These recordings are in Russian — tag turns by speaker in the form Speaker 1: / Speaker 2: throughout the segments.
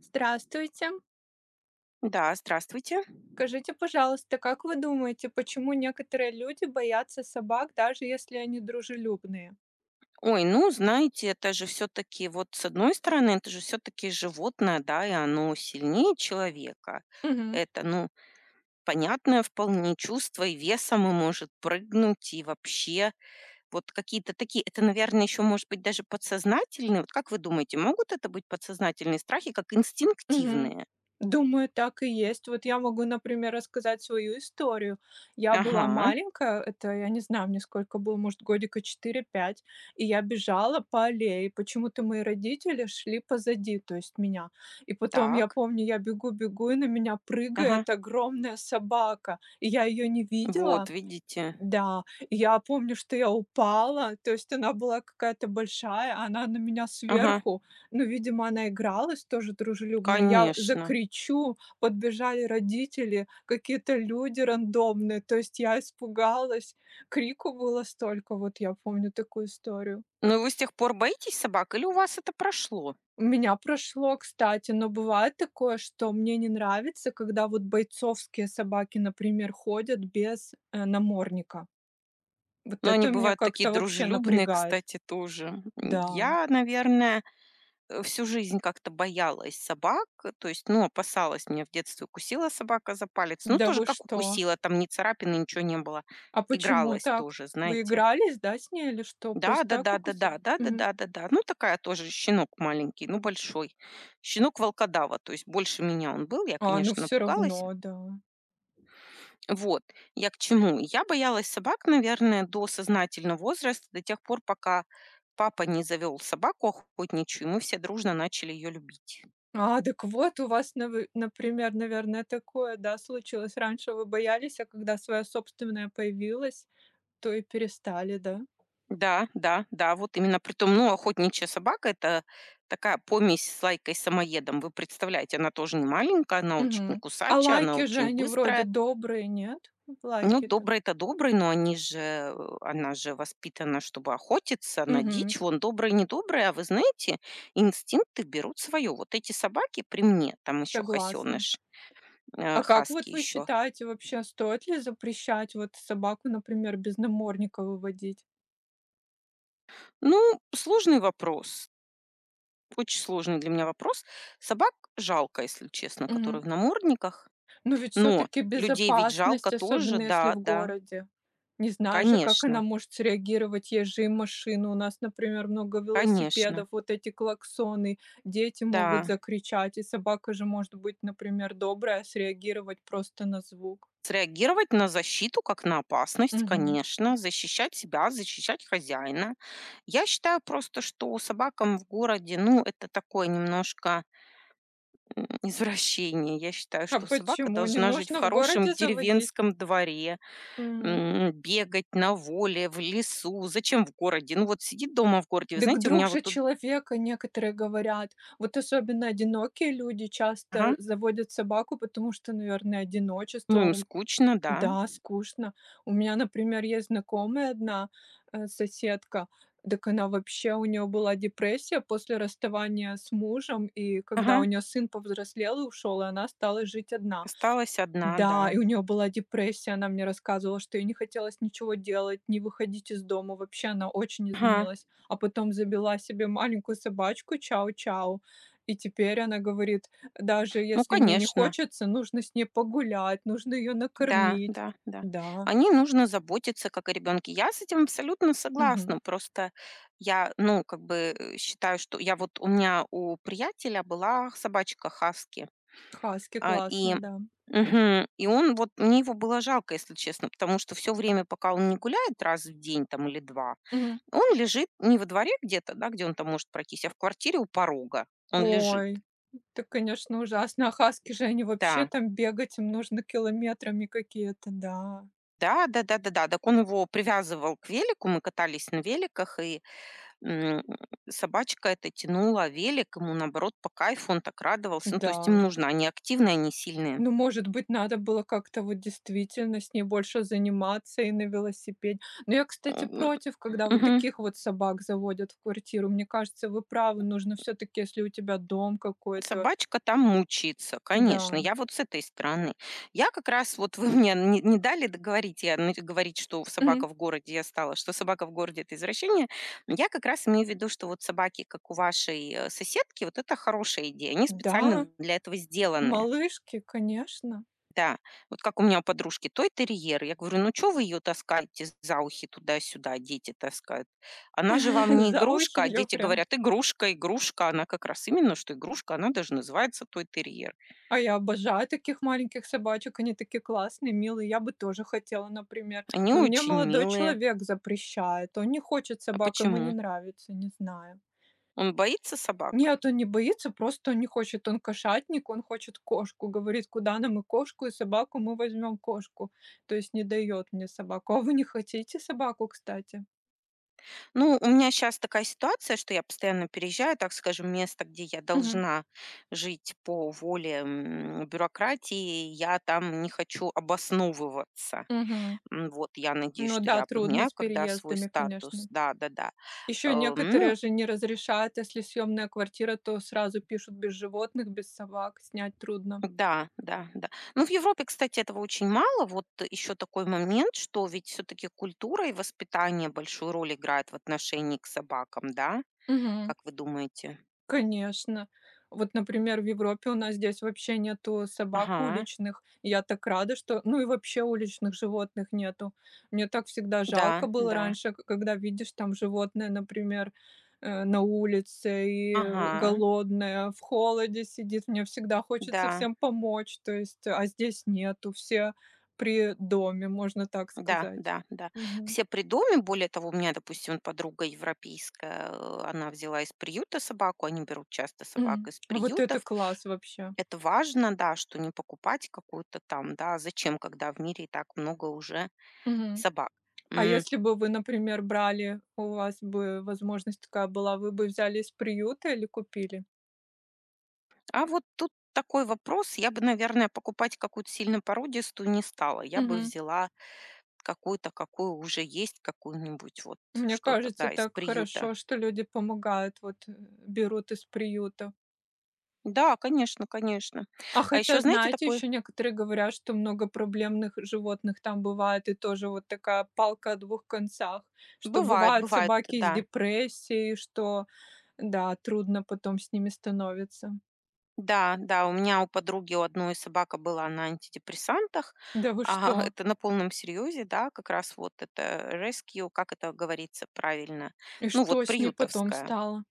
Speaker 1: Здравствуйте.
Speaker 2: Да, здравствуйте.
Speaker 1: Скажите, пожалуйста, как вы думаете, почему некоторые люди боятся собак, даже если они дружелюбные?
Speaker 2: Ой, ну, знаете, это же все таки вот, с одной стороны, это же все таки животное, да, и оно сильнее человека.
Speaker 1: Мгм.
Speaker 2: Это, ну, понятное вполне чувство, и весом и может прыгнуть, и вообще вот какие-то такие это, наверное, еще, может быть, даже подсознательные. Вот как вы думаете, могут это быть подсознательные страхи, как
Speaker 1: Мгм.
Speaker 2: инстинктивные?
Speaker 1: Думаю, так и есть. Вот я могу, например, рассказать свою историю. Я была
Speaker 2: Ага,
Speaker 1: маленькая, это я не знаю, мне сколько было, может, годика четыре-пять, и я бежала по аллее, и почему-то мои родители шли позади, то есть меня. И потом я
Speaker 2: так,
Speaker 1: помню, я бегу-бегу, и на меня
Speaker 2: ага,
Speaker 1: прыгает огромная собака, и я ее не
Speaker 2: вот
Speaker 1: видела.
Speaker 2: видите,
Speaker 1: Да, я помню, что я упала, то есть она была какая-то большая, а она на меня
Speaker 2: ага,
Speaker 1: сверху. Ну, видимо, она игралась тоже дружелюбно. Я
Speaker 2: конечно.
Speaker 1: закричу, подбежали родители, какие-то люди рандомные. То есть я испугалась. Крику было столько, вот я помню такую историю.
Speaker 2: Ну, и вы с тех пор боитесь собак или у вас это прошло?
Speaker 1: У меня прошло, кстати, но бывает такое, что мне не нравится, когда вот бойцовские собаки, например, ходят без намордника. Вот
Speaker 2: Но они
Speaker 1: это меня
Speaker 2: бывают такие
Speaker 1: как-то вообще
Speaker 2: дружелюбные,
Speaker 1: напрягает.
Speaker 2: кстати, тоже.
Speaker 1: Да.
Speaker 2: Я, наверное, всю жизнь как-то боялась собак, то есть, ну, опасалась. Меня в детстве укусила собака за палец. Ну,
Speaker 1: Да
Speaker 2: тоже
Speaker 1: вы
Speaker 2: как
Speaker 1: что?
Speaker 2: укусила, там ни царапины, ничего не было.
Speaker 1: А почему
Speaker 2: Игралась
Speaker 1: так?
Speaker 2: тоже,
Speaker 1: Вы
Speaker 2: знаете.
Speaker 1: игрались, да, с ней или что? Просто так укусила?
Speaker 2: Да-да-да-да-да,
Speaker 1: Мгм.
Speaker 2: да-да-да-да-да. Ну, такая тоже, щенок маленький, ну, большой. Щенок волкодава, то есть больше меня он был. Я,
Speaker 1: А, ну
Speaker 2: конечно,
Speaker 1: все
Speaker 2: напугалась.
Speaker 1: равно, да.
Speaker 2: Вот, я к чему. Я боялась собак, наверное, до сознательного возраста, до тех пор, пока папа не завел собаку охотничью, и мы все дружно начали ее любить.
Speaker 1: А, так вот у вас, навы например, наверное, такое, да, случилось. Раньше вы боялись, а когда своя собственная появилась, то и перестали, да?
Speaker 2: Да, да, да, вот именно притом, ну, охотничья собака — это такая помесь с лайкой самоедом. Вы представляете, она тоже не маленькая, она очень
Speaker 1: Мгм. А
Speaker 2: кусачая, она
Speaker 1: лайки же,
Speaker 2: очень
Speaker 1: они вроде
Speaker 2: быстрая.
Speaker 1: добрые, нет?
Speaker 2: Ну,
Speaker 1: Лайки-то.
Speaker 2: добрый-то добрый, но они же, она же воспитана, чтобы охотиться на
Speaker 1: Мгм.
Speaker 2: дичь. Вон добрый, недобрый, а вы знаете, инстинкты берут свое. Вот эти собаки при мне, там еще
Speaker 1: Согласна.
Speaker 2: хасеныш,
Speaker 1: А как
Speaker 2: хаски
Speaker 1: вот вы
Speaker 2: еще.
Speaker 1: считаете вообще, стоит ли запрещать вот собаку, например, без намордника выводить?
Speaker 2: Ну, сложный вопрос, очень сложный для меня вопрос. Собак жалко, если честно,
Speaker 1: Мгм.
Speaker 2: которые в намордниках.
Speaker 1: Но ведь все
Speaker 2: Но
Speaker 1: таки
Speaker 2: людей ведь жалко
Speaker 1: безопасность,
Speaker 2: тоже,
Speaker 1: особенно если
Speaker 2: да,
Speaker 1: в
Speaker 2: да,
Speaker 1: городе. Не знаю же, как она
Speaker 2: конечно,
Speaker 1: может среагировать. Есть же и машины. У нас, например, много
Speaker 2: конечно,
Speaker 1: велосипедов, вот эти клаксоны. Дети могут
Speaker 2: да.
Speaker 1: закричать, и собака же может быть, например, добрая, среагировать просто на звук.
Speaker 2: Среагировать на защиту как на опасность,
Speaker 1: Мгм.
Speaker 2: конечно, защищать себя, защищать хозяина. Я считаю просто, что собакам в городе, ну, это такое немножко извращение. Я считаю,
Speaker 1: А
Speaker 2: что собака
Speaker 1: почему? Не
Speaker 2: должна жить в
Speaker 1: нужно в
Speaker 2: хорошем
Speaker 1: городе заводить?
Speaker 2: деревенском дворе,
Speaker 1: Мгм.
Speaker 2: бегать на воле, в лесу. Зачем в городе? Ну, вот сидит дома в городе, вы
Speaker 1: Дак
Speaker 2: знаете, у
Speaker 1: друг
Speaker 2: меня
Speaker 1: же
Speaker 2: вот тут,
Speaker 1: человека, некоторые говорят. Вот особенно одинокие люди часто
Speaker 2: ага,
Speaker 1: заводят собаку, потому что, наверное,
Speaker 2: ну,
Speaker 1: одиночество.
Speaker 2: им скучно, да.
Speaker 1: Да, скучно. У меня, например, есть знакомая одна, соседка. Так она, вообще, у нее была депрессия после расставания с мужем, и когда у
Speaker 2: Ага,
Speaker 1: нее сын повзрослел и ушел, и она стала жить одна.
Speaker 2: осталась одна,
Speaker 1: Да,
Speaker 2: да.
Speaker 1: и у нее была депрессия. Она мне рассказывала, что ей не хотелось ничего делать, не выходить из дома. Вообще она очень
Speaker 2: Ага,
Speaker 1: изменилась. А потом забила себе маленькую собачку чау-чау. И теперь она говорит: "Даже
Speaker 2: ну,
Speaker 1: если мне не
Speaker 2: конечно.
Speaker 1: хочется, нужно с ней погулять, нужно ее
Speaker 2: Да,
Speaker 1: накормить".
Speaker 2: да, да.
Speaker 1: Да,
Speaker 2: О ней нужно заботиться, как о ребенке. Я с этим абсолютно
Speaker 1: мгм.
Speaker 2: согласна. Просто я, ну, как бы считаю, что я вот у меня у приятеля была собачка хаски.
Speaker 1: Хаски
Speaker 2: А,
Speaker 1: классные, да.
Speaker 2: и он, вот мне его было жалко, если честно, потому что все время, пока он не гуляет раз в день там или два,
Speaker 1: Мгм.
Speaker 2: он лежит не во дворе где-то, да, где он там может пройтись, а в квартире у порога. Он лежит.
Speaker 1: Ой, это, конечно, ужасно. А хаски же, они вообще
Speaker 2: Да,
Speaker 1: там бегать им нужно километрами какие-то, да,
Speaker 2: да, да, да, да, да. Так он его привязывал к велику, мы катались на великах, и М, собачка эта тянула велик, ему, наоборот, по кайфу, он так радовался. Ну, то есть им
Speaker 1: да.
Speaker 2: нужно, они активные, они сильные.
Speaker 1: Ну, может быть, надо было как-то вот действительно с ней больше заниматься и на велосипеде. Но я, кстати,
Speaker 2: М,
Speaker 1: против, когда вот
Speaker 2: Мгм.
Speaker 1: таких вот собак заводят в квартиру. Мне кажется, вы правы, нужно все-таки, если у тебя дом какой-то.
Speaker 2: Собачка там мучается,
Speaker 1: Да.
Speaker 2: конечно. Я вот с этой стороны. Я как раз, вот вы мне не дали договорить, я, ну, говорить, что
Speaker 1: Мгм.
Speaker 2: собака в городе, я стала, что собака в городе — это извращение. Я как раз имею в виду, что вот собаки, как у вашей соседки, вот это хорошая идея. Они
Speaker 1: Да,
Speaker 2: специально для этого сделаны.
Speaker 1: малышки, конечно.
Speaker 2: Да, вот как у меня у подружки той-терьер. Я говорю: «Ну, чё вы её таскаете за ухи туда-сюда? Дети таскают. Она же вам не
Speaker 1: За ухи
Speaker 2: игрушка». А
Speaker 1: ее
Speaker 2: дети
Speaker 1: прям.
Speaker 2: говорят: «Игрушка, игрушка». Она как раз именно что игрушка, она даже называется той-терьер.
Speaker 1: А я обожаю таких маленьких собачек, они такие классные, милые. Я бы тоже хотела, например.
Speaker 2: Они
Speaker 1: Но мне
Speaker 2: очень
Speaker 1: молодой
Speaker 2: милые.
Speaker 1: человек запрещает. Он не хочет
Speaker 2: А
Speaker 1: собак, ему не
Speaker 2: почему?
Speaker 1: нравится, не знаю.
Speaker 2: Он боится собак?
Speaker 1: Нет, он не боится, просто он не хочет. Он кошатник, он хочет кошку. Говорит: "Куда нам и кошку, и собаку? Мы возьмем кошку". То есть не дает мне собаку. А вы не хотите собаку, кстати?
Speaker 2: Ну, у меня сейчас такая ситуация, что я постоянно переезжаю, так скажем, место, где я
Speaker 1: Мгм,
Speaker 2: должна жить по воле, бюрократии. Я там не хочу обосновываться.
Speaker 1: мгм.
Speaker 2: Вот я надеюсь,
Speaker 1: Ну
Speaker 2: что
Speaker 1: да,
Speaker 2: я
Speaker 1: трудно
Speaker 2: поменяю,
Speaker 1: с
Speaker 2: когда свой
Speaker 1: переездами,
Speaker 2: статус.
Speaker 1: конечно.
Speaker 2: Да-да-да.
Speaker 1: Еще
Speaker 2: Ну
Speaker 1: некоторые же не разрешают, если съемная квартира, то сразу пишут: без животных, без собак снять трудно.
Speaker 2: да, да, да. Ну, в Европе, кстати, этого очень мало. Вот еще такой момент, что ведь все-таки культура и воспитание большую роль играют в отношении к собакам, да?
Speaker 1: Мгм.
Speaker 2: Как вы думаете?
Speaker 1: Конечно. Вот, например, в Европе у нас здесь вообще нету собак
Speaker 2: Ага,
Speaker 1: уличных. И я так рада, что ну и вообще уличных животных нету. Мне так всегда жалко
Speaker 2: да,
Speaker 1: было
Speaker 2: да,
Speaker 1: раньше, к когда видишь там животное, например, на улице и,
Speaker 2: ага,
Speaker 1: голодное, в холоде сидит. Мне всегда хочется
Speaker 2: да.
Speaker 1: всем помочь, то есть, а здесь нету. Все при доме, можно так
Speaker 2: Да,
Speaker 1: сказать.
Speaker 2: да, да.
Speaker 1: Мгм.
Speaker 2: Все при доме, более того, у меня, допустим, подруга европейская, она взяла из приюта собаку, они берут часто собак
Speaker 1: М.
Speaker 2: из
Speaker 1: Вот это
Speaker 2: приютов.
Speaker 1: класс вообще.
Speaker 2: Это важно, да, что не покупать какую-то там, да, зачем, когда в мире и так много уже
Speaker 1: Мгм.
Speaker 2: собак.
Speaker 1: А
Speaker 2: М,
Speaker 1: если бы вы, например, брали, у вас бы возможность такая была, вы бы взяли из приюта или купили?
Speaker 2: а вот тут такой вопрос, я бы, наверное, покупать какую-то сильно породистую не стала. Я бы
Speaker 1: Мгм.
Speaker 2: взяла какую-то, какую уже есть, какую-нибудь вот
Speaker 1: Мне
Speaker 2: что-то,
Speaker 1: кажется,
Speaker 2: да, из
Speaker 1: так
Speaker 2: приюта.
Speaker 1: хорошо, что люди помогают, вот, берут из приюта.
Speaker 2: Да, конечно, конечно.
Speaker 1: А
Speaker 2: А
Speaker 1: хотя,
Speaker 2: еще, знаете,
Speaker 1: знаете,
Speaker 2: такой
Speaker 1: еще некоторые говорят, что много проблемных животных там бывает, и тоже вот такая палка о двух концах, что
Speaker 2: бывает,
Speaker 1: бывают
Speaker 2: бывает,
Speaker 1: собаки с
Speaker 2: да.
Speaker 1: депрессией, что, да, трудно потом с ними становится.
Speaker 2: Да, да, у меня у подруги у одной собака была на антидепрессантах,
Speaker 1: Да вы
Speaker 2: а
Speaker 1: что?
Speaker 2: это на полном серьезе, да, как раз вот это rescue, как это говорится правильно,
Speaker 1: И
Speaker 2: ну вот
Speaker 1: что с ней потом
Speaker 2: приютовская.
Speaker 1: стало?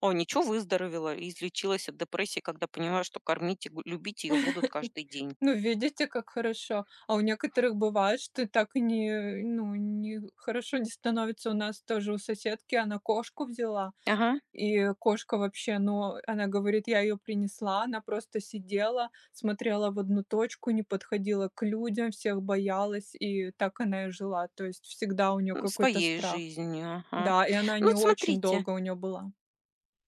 Speaker 2: О, ничего, выздоровела и излечилась от депрессии, когда поняла, что кормить и любить ее будут каждый день.
Speaker 1: Ну, видите, как хорошо. А у некоторых бывает, что так и не, ну, не хорошо не становится. У нас тоже у соседки она кошку взяла,
Speaker 2: Ага,
Speaker 1: и кошка вообще, ну, она говорит, я ее принесла, она просто сидела, смотрела в одну точку, не подходила к людям, всех боялась, и так она и жила. То есть всегда у нее какой-то
Speaker 2: своей
Speaker 1: страх.
Speaker 2: жизнью, ага.
Speaker 1: Да, и она
Speaker 2: Ну
Speaker 1: не
Speaker 2: вот
Speaker 1: очень
Speaker 2: смотрите.
Speaker 1: долго у нее была.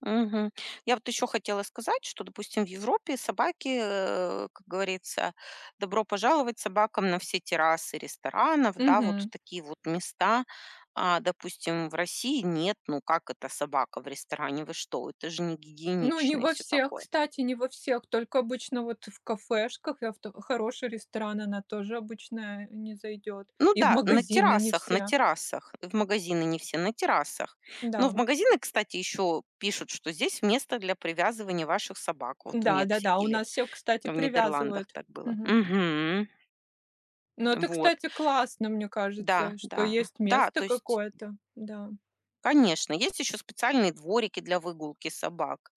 Speaker 2: Мгм. Я вот еще хотела сказать, что, допустим, в Европе собаки, как говорится, добро пожаловать собакам на все террасы ресторанов, да, вот в
Speaker 1: Мгм.
Speaker 2: такие вот места. А, допустим, в России нет, ну как это собака в ресторане, вы что, это же не
Speaker 1: Ну, не
Speaker 2: гигиенично и
Speaker 1: во
Speaker 2: все
Speaker 1: всех,
Speaker 2: такое.
Speaker 1: кстати, не во всех, только обычно вот в кафешках, а в т хороший ресторан она тоже обычно, не зайдет.
Speaker 2: Ну
Speaker 1: И в
Speaker 2: да,
Speaker 1: магазины не
Speaker 2: на
Speaker 1: все.
Speaker 2: террасах, в магазины не все, на террасах. Но
Speaker 1: Да.
Speaker 2: в магазины, кстати, еще пишут, что здесь место для привязывания ваших собак, вот в
Speaker 1: Да-да-да,
Speaker 2: Мексике
Speaker 1: у
Speaker 2: или
Speaker 1: нас все, кстати,
Speaker 2: в Нидерландах
Speaker 1: привязывают.
Speaker 2: так было.
Speaker 1: Мгм.
Speaker 2: Мгм.
Speaker 1: Но это,
Speaker 2: Вот.
Speaker 1: кстати, классно, мне
Speaker 2: Да,
Speaker 1: кажется, что
Speaker 2: да,
Speaker 1: есть
Speaker 2: да, то
Speaker 1: место
Speaker 2: есть,
Speaker 1: какое-то. Да.
Speaker 2: конечно, есть еще специальные дворики для выгулки собак.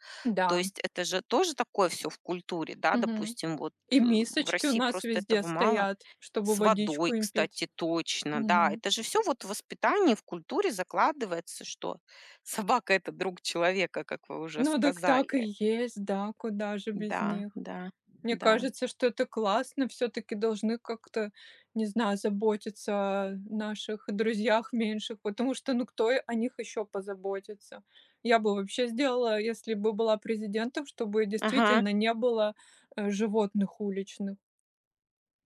Speaker 2: То
Speaker 1: Да.
Speaker 2: есть это же тоже такое все в культуре, да,
Speaker 1: Мгм.
Speaker 2: допустим, вот,
Speaker 1: И
Speaker 2: в
Speaker 1: мисочки у
Speaker 2: России
Speaker 1: нас
Speaker 2: просто
Speaker 1: везде
Speaker 2: этого мало.
Speaker 1: стоят, чтобы
Speaker 2: С
Speaker 1: водичку
Speaker 2: водой,
Speaker 1: им пить.
Speaker 2: кстати, точно, да.
Speaker 1: Мгм.
Speaker 2: Это же все вот в воспитании, в культуре закладывается, что собака — это друг человека, как вы уже
Speaker 1: Ну так так и
Speaker 2: сказали.
Speaker 1: есть, да, куда же без
Speaker 2: Да,
Speaker 1: них.
Speaker 2: да,
Speaker 1: Мне
Speaker 2: да.
Speaker 1: кажется, что это классно. Все таки должны как-то, не знаю, заботиться о наших друзьях меньших, потому что, ну, кто о них еще позаботится? Я бы вообще сделала, если бы была президентом, чтобы
Speaker 2: Ага.
Speaker 1: действительно не было, животных уличных.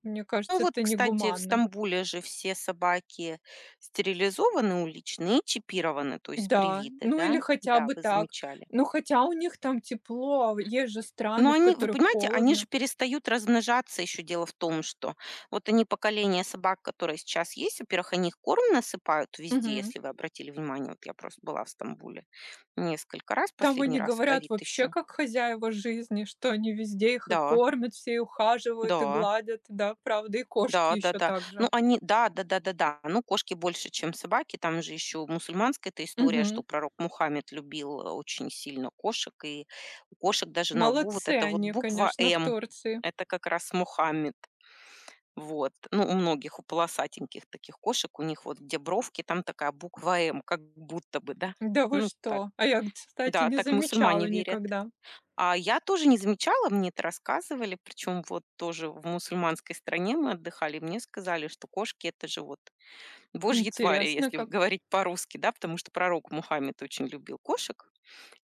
Speaker 1: Мне
Speaker 2: Ну
Speaker 1: кажется,
Speaker 2: вот,
Speaker 1: это
Speaker 2: кстати, в
Speaker 1: негуманно.
Speaker 2: Стамбуле же все собаки стерилизованы, уличные, и чипированы, то
Speaker 1: Мгм.
Speaker 2: есть
Speaker 1: Да,
Speaker 2: привиты,
Speaker 1: ну
Speaker 2: да?
Speaker 1: или хотя
Speaker 2: Да,
Speaker 1: бы
Speaker 2: вы
Speaker 1: так.
Speaker 2: замечали.
Speaker 1: Ну, хотя у них там тепло, а есть же страны,
Speaker 2: Но
Speaker 1: в
Speaker 2: они, вы
Speaker 1: которых
Speaker 2: понимаете, они же
Speaker 1: холодно.
Speaker 2: перестают размножаться. Еще дело в том, что вот они поколение собак, которые сейчас есть, во-первых, они их корм насыпают везде,
Speaker 1: Мгм.
Speaker 2: если вы обратили внимание. Вот я просто была в Стамбуле несколько раз,
Speaker 1: Там
Speaker 2: последний
Speaker 1: они
Speaker 2: раз,
Speaker 1: говорят
Speaker 2: ковид
Speaker 1: вообще
Speaker 2: еще.
Speaker 1: как хозяева жизни, что они везде их и
Speaker 2: Да,
Speaker 1: кормят, все и ухаживают, и
Speaker 2: да.
Speaker 1: гладят, да, правда, и кошки
Speaker 2: Да,
Speaker 1: еще
Speaker 2: да-да.
Speaker 1: так
Speaker 2: Ну,
Speaker 1: же.
Speaker 2: они да, да-да-да-да. Ну, кошки больше, чем собаки. Там же еще мусульманская эта история,
Speaker 1: Мгм.
Speaker 2: что пророк Мухаммед любил очень сильно кошек, и у кошек даже на лбу вот
Speaker 1: Молодцы
Speaker 2: эта вот
Speaker 1: они,
Speaker 2: буква
Speaker 1: конечно, в
Speaker 2: «М»,
Speaker 1: Турции.
Speaker 2: это как раз Мухаммед. Вот. Ну, у многих, у полосатеньких таких кошек, у них вот где бровки, там такая буква «М», как будто бы, да.
Speaker 1: Да вы
Speaker 2: Ну, так.
Speaker 1: что? А я, кстати,
Speaker 2: Да,
Speaker 1: не
Speaker 2: так мусульмане
Speaker 1: замечала
Speaker 2: верят.
Speaker 1: никогда.
Speaker 2: А я тоже не замечала, мне это рассказывали, причем вот тоже в мусульманской стране мы отдыхали, мне сказали, что кошки — это же вот божьи твари,
Speaker 1: Интересно
Speaker 2: если
Speaker 1: как.
Speaker 2: говорить по-русски, да, потому что пророк Мухаммед очень любил кошек,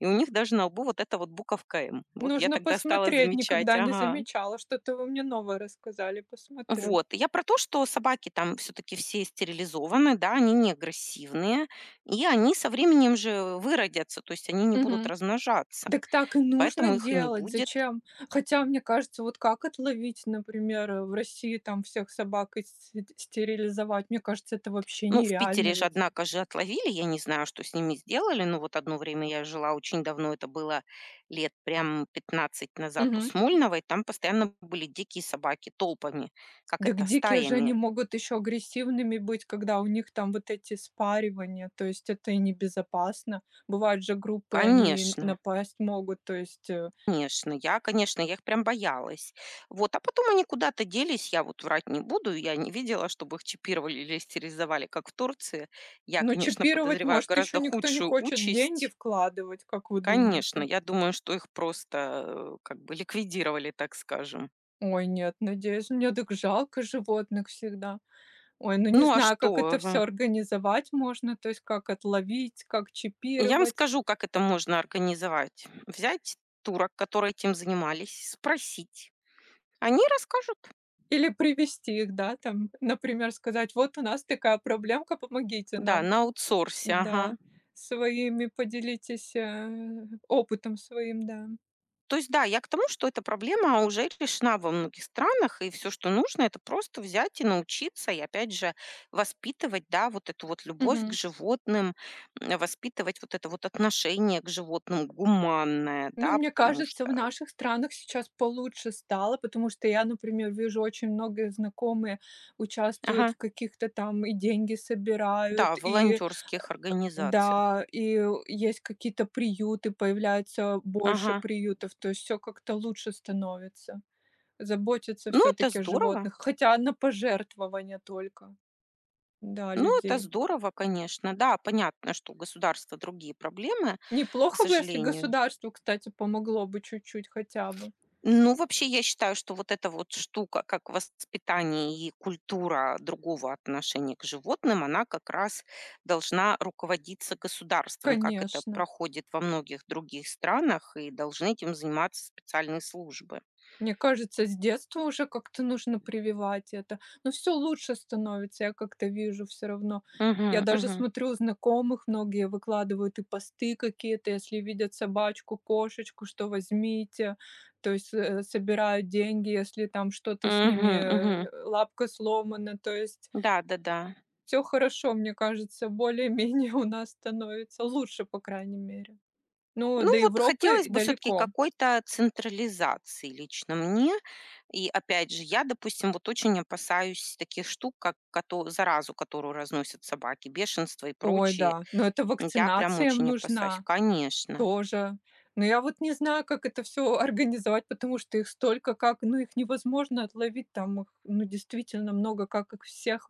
Speaker 2: и у них даже на лбу вот эта вот буковка М. Вот я
Speaker 1: Нужно
Speaker 2: тогда стала
Speaker 1: посмотреть,
Speaker 2: замечать,
Speaker 1: никогда не
Speaker 2: ага.
Speaker 1: замечала. Что-то вы мне новое рассказали, посмотрю.
Speaker 2: Вот. Я про то, что собаки там все-таки все стерилизованы, да, они не агрессивные, и они со временем же выродятся, то есть они не будут
Speaker 1: Мгм.
Speaker 2: размножаться,
Speaker 1: Дак так и нужно
Speaker 2: поэтому их и не
Speaker 1: делать.
Speaker 2: будет.
Speaker 1: Зачем? Хотя, мне кажется, вот как отловить, например, в России там всех собак и стерилизовать? Мне кажется, это вообще
Speaker 2: Ну, в
Speaker 1: нереально
Speaker 2: Питере же,
Speaker 1: ведь.
Speaker 2: однако же, отловили. Я не знаю, что с ними сделали, но вот одно время я жила очень давно, это было лет прям 15 назад у
Speaker 1: Мгм.
Speaker 2: Смольного, и там постоянно были дикие собаки толпами. Как
Speaker 1: Дак
Speaker 2: это?
Speaker 1: дикие же они
Speaker 2: Стаями.
Speaker 1: могут еще агрессивными быть, когда у них там вот эти спаривания, то есть это и небезопасно. Бывают же группы, они
Speaker 2: Конечно,
Speaker 1: напасть могут, то есть,
Speaker 2: конечно. Я, конечно, я их прям боялась. Вот, а потом они куда-то делись, я вот врать не буду, я не видела, чтобы их чипировали или стерилизовали, как в Турции. Я,
Speaker 1: но
Speaker 2: конечно,
Speaker 1: чипировать,
Speaker 2: подозреваю
Speaker 1: может, еще
Speaker 2: гораздо
Speaker 1: никто не
Speaker 2: худшую
Speaker 1: хочет деньги
Speaker 2: участь.
Speaker 1: вкладывать, как вы
Speaker 2: Конечно,
Speaker 1: думаете?
Speaker 2: я думаю, что их просто, как бы ликвидировали, так скажем.
Speaker 1: Ой, нет, надеюсь, мне так жалко животных всегда. Ой, ну не
Speaker 2: Ну, а
Speaker 1: знаю, как это
Speaker 2: что?
Speaker 1: все организовать можно, то есть как отловить, как
Speaker 2: Я вам
Speaker 1: чипировать
Speaker 2: скажу, как это можно организовать. Взять турок, которые этим занимались, спросить. Они расскажут.
Speaker 1: или привести их, да, там, например, сказать: "Вот у нас такая проблемка, помогите
Speaker 2: Да,
Speaker 1: нам".
Speaker 2: на аутсорсе, ага.
Speaker 1: Да, своими поделитесь, опытом своим, да.
Speaker 2: То есть да, я к тому, что эта проблема уже решена во многих странах, и все, что нужно, это просто взять и научиться, и опять же воспитывать, да, вот эту вот любовь к
Speaker 1: Мгм.
Speaker 2: животным, воспитывать вот это вот отношение к животным гуманное,
Speaker 1: Ну,
Speaker 2: да,
Speaker 1: мне
Speaker 2: потому
Speaker 1: кажется,
Speaker 2: что.
Speaker 1: в наших странах сейчас получше стало, потому что я, например, вижу, очень многие знакомые участвуют
Speaker 2: Ага.
Speaker 1: в каких-то там и деньги
Speaker 2: Да,
Speaker 1: собирают,
Speaker 2: в
Speaker 1: и.
Speaker 2: волонтерских организациях.
Speaker 1: Да, и есть какие-то приюты, появляется больше
Speaker 2: Ага.
Speaker 1: приютов, то есть все как-то лучше становится. Заботятся
Speaker 2: Ну,
Speaker 1: все
Speaker 2: это
Speaker 1: таки о
Speaker 2: здорово.
Speaker 1: животных, хотя на пожертвования только, да,
Speaker 2: Ну, это
Speaker 1: людей.
Speaker 2: здорово, конечно. Да, понятно, что у государства другие проблемы, к
Speaker 1: Неплохо бы, если
Speaker 2: сожалению.
Speaker 1: государству, кстати, помогло бы чуть-чуть хотя бы.
Speaker 2: Ну, вообще, я считаю, что вот эта вот штука, как воспитание и культура другого отношения к животным, она как раз должна руководиться государством, как это
Speaker 1: Конечно.
Speaker 2: проходит во многих других странах, и должны этим заниматься специальные службы.
Speaker 1: Мне кажется, с детства уже как-то нужно прививать это. Но все лучше становится, я как-то вижу. Все равно. Я
Speaker 2: Мгм,
Speaker 1: даже
Speaker 2: мгм.
Speaker 1: смотрю, у знакомых многие выкладывают и посты какие-то, если видят собачку, кошечку, что возьмите. То есть, собирают деньги, если там что-то с ними,
Speaker 2: Мгм, мгм.
Speaker 1: лапка сломана. То есть
Speaker 2: Да-да-да.
Speaker 1: все хорошо, мне кажется, более-менее у нас становится лучше, по крайней мере. Ну,
Speaker 2: Ну
Speaker 1: до
Speaker 2: вот
Speaker 1: Европы
Speaker 2: хотелось
Speaker 1: и
Speaker 2: бы все таки
Speaker 1: далеко.
Speaker 2: какой-то централизации лично мне. И опять же, я, допустим, вот очень опасаюсь таких штук, как кото заразу, которую разносят собаки, бешенство и
Speaker 1: Ой,
Speaker 2: прочее.
Speaker 1: да, но это
Speaker 2: Я прям
Speaker 1: вакцинация им
Speaker 2: очень опасаюсь.
Speaker 1: нужна.
Speaker 2: Конечно.
Speaker 1: Тоже. Но я вот не знаю, как это все организовать, потому что их столько, как, ну, их невозможно отловить, там их, ну, действительно много, как их всех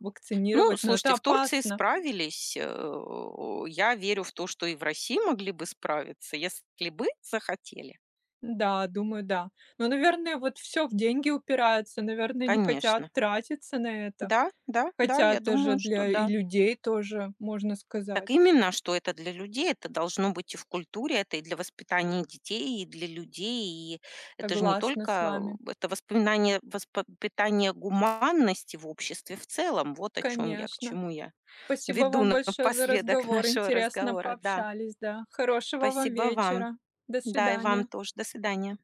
Speaker 2: Ну,
Speaker 1: вакцинировать, но это
Speaker 2: слушайте, в Турции
Speaker 1: опасно.
Speaker 2: справились. Я верю в то, что и в России могли бы справиться, если бы захотели.
Speaker 1: Да, думаю, да. Но, наверное, вот все в деньги упирается, наверное, не хотят
Speaker 2: Конечно.
Speaker 1: тратиться на это.
Speaker 2: Да, да, да,
Speaker 1: Хотя
Speaker 2: я
Speaker 1: это же
Speaker 2: думаю, что
Speaker 1: для и
Speaker 2: да.
Speaker 1: людей тоже, можно сказать.
Speaker 2: Так именно, что это для людей, это должно быть и в культуре, это и для воспитания детей, и для людей. И это же не
Speaker 1: Согласна с
Speaker 2: только
Speaker 1: вами.
Speaker 2: это воспоминание, воспитание гуманности в обществе в целом. Вот о чем я, к
Speaker 1: Конечно.
Speaker 2: чему я
Speaker 1: Спасибо
Speaker 2: веду
Speaker 1: вам большое за
Speaker 2: напоследок
Speaker 1: разговор.
Speaker 2: нашего
Speaker 1: Интересно
Speaker 2: разговора. Да,
Speaker 1: пообщались, да. Хорошего вам
Speaker 2: спасибо вам.
Speaker 1: вечера. До
Speaker 2: Да, и вам
Speaker 1: свидания.
Speaker 2: тоже. До свидания.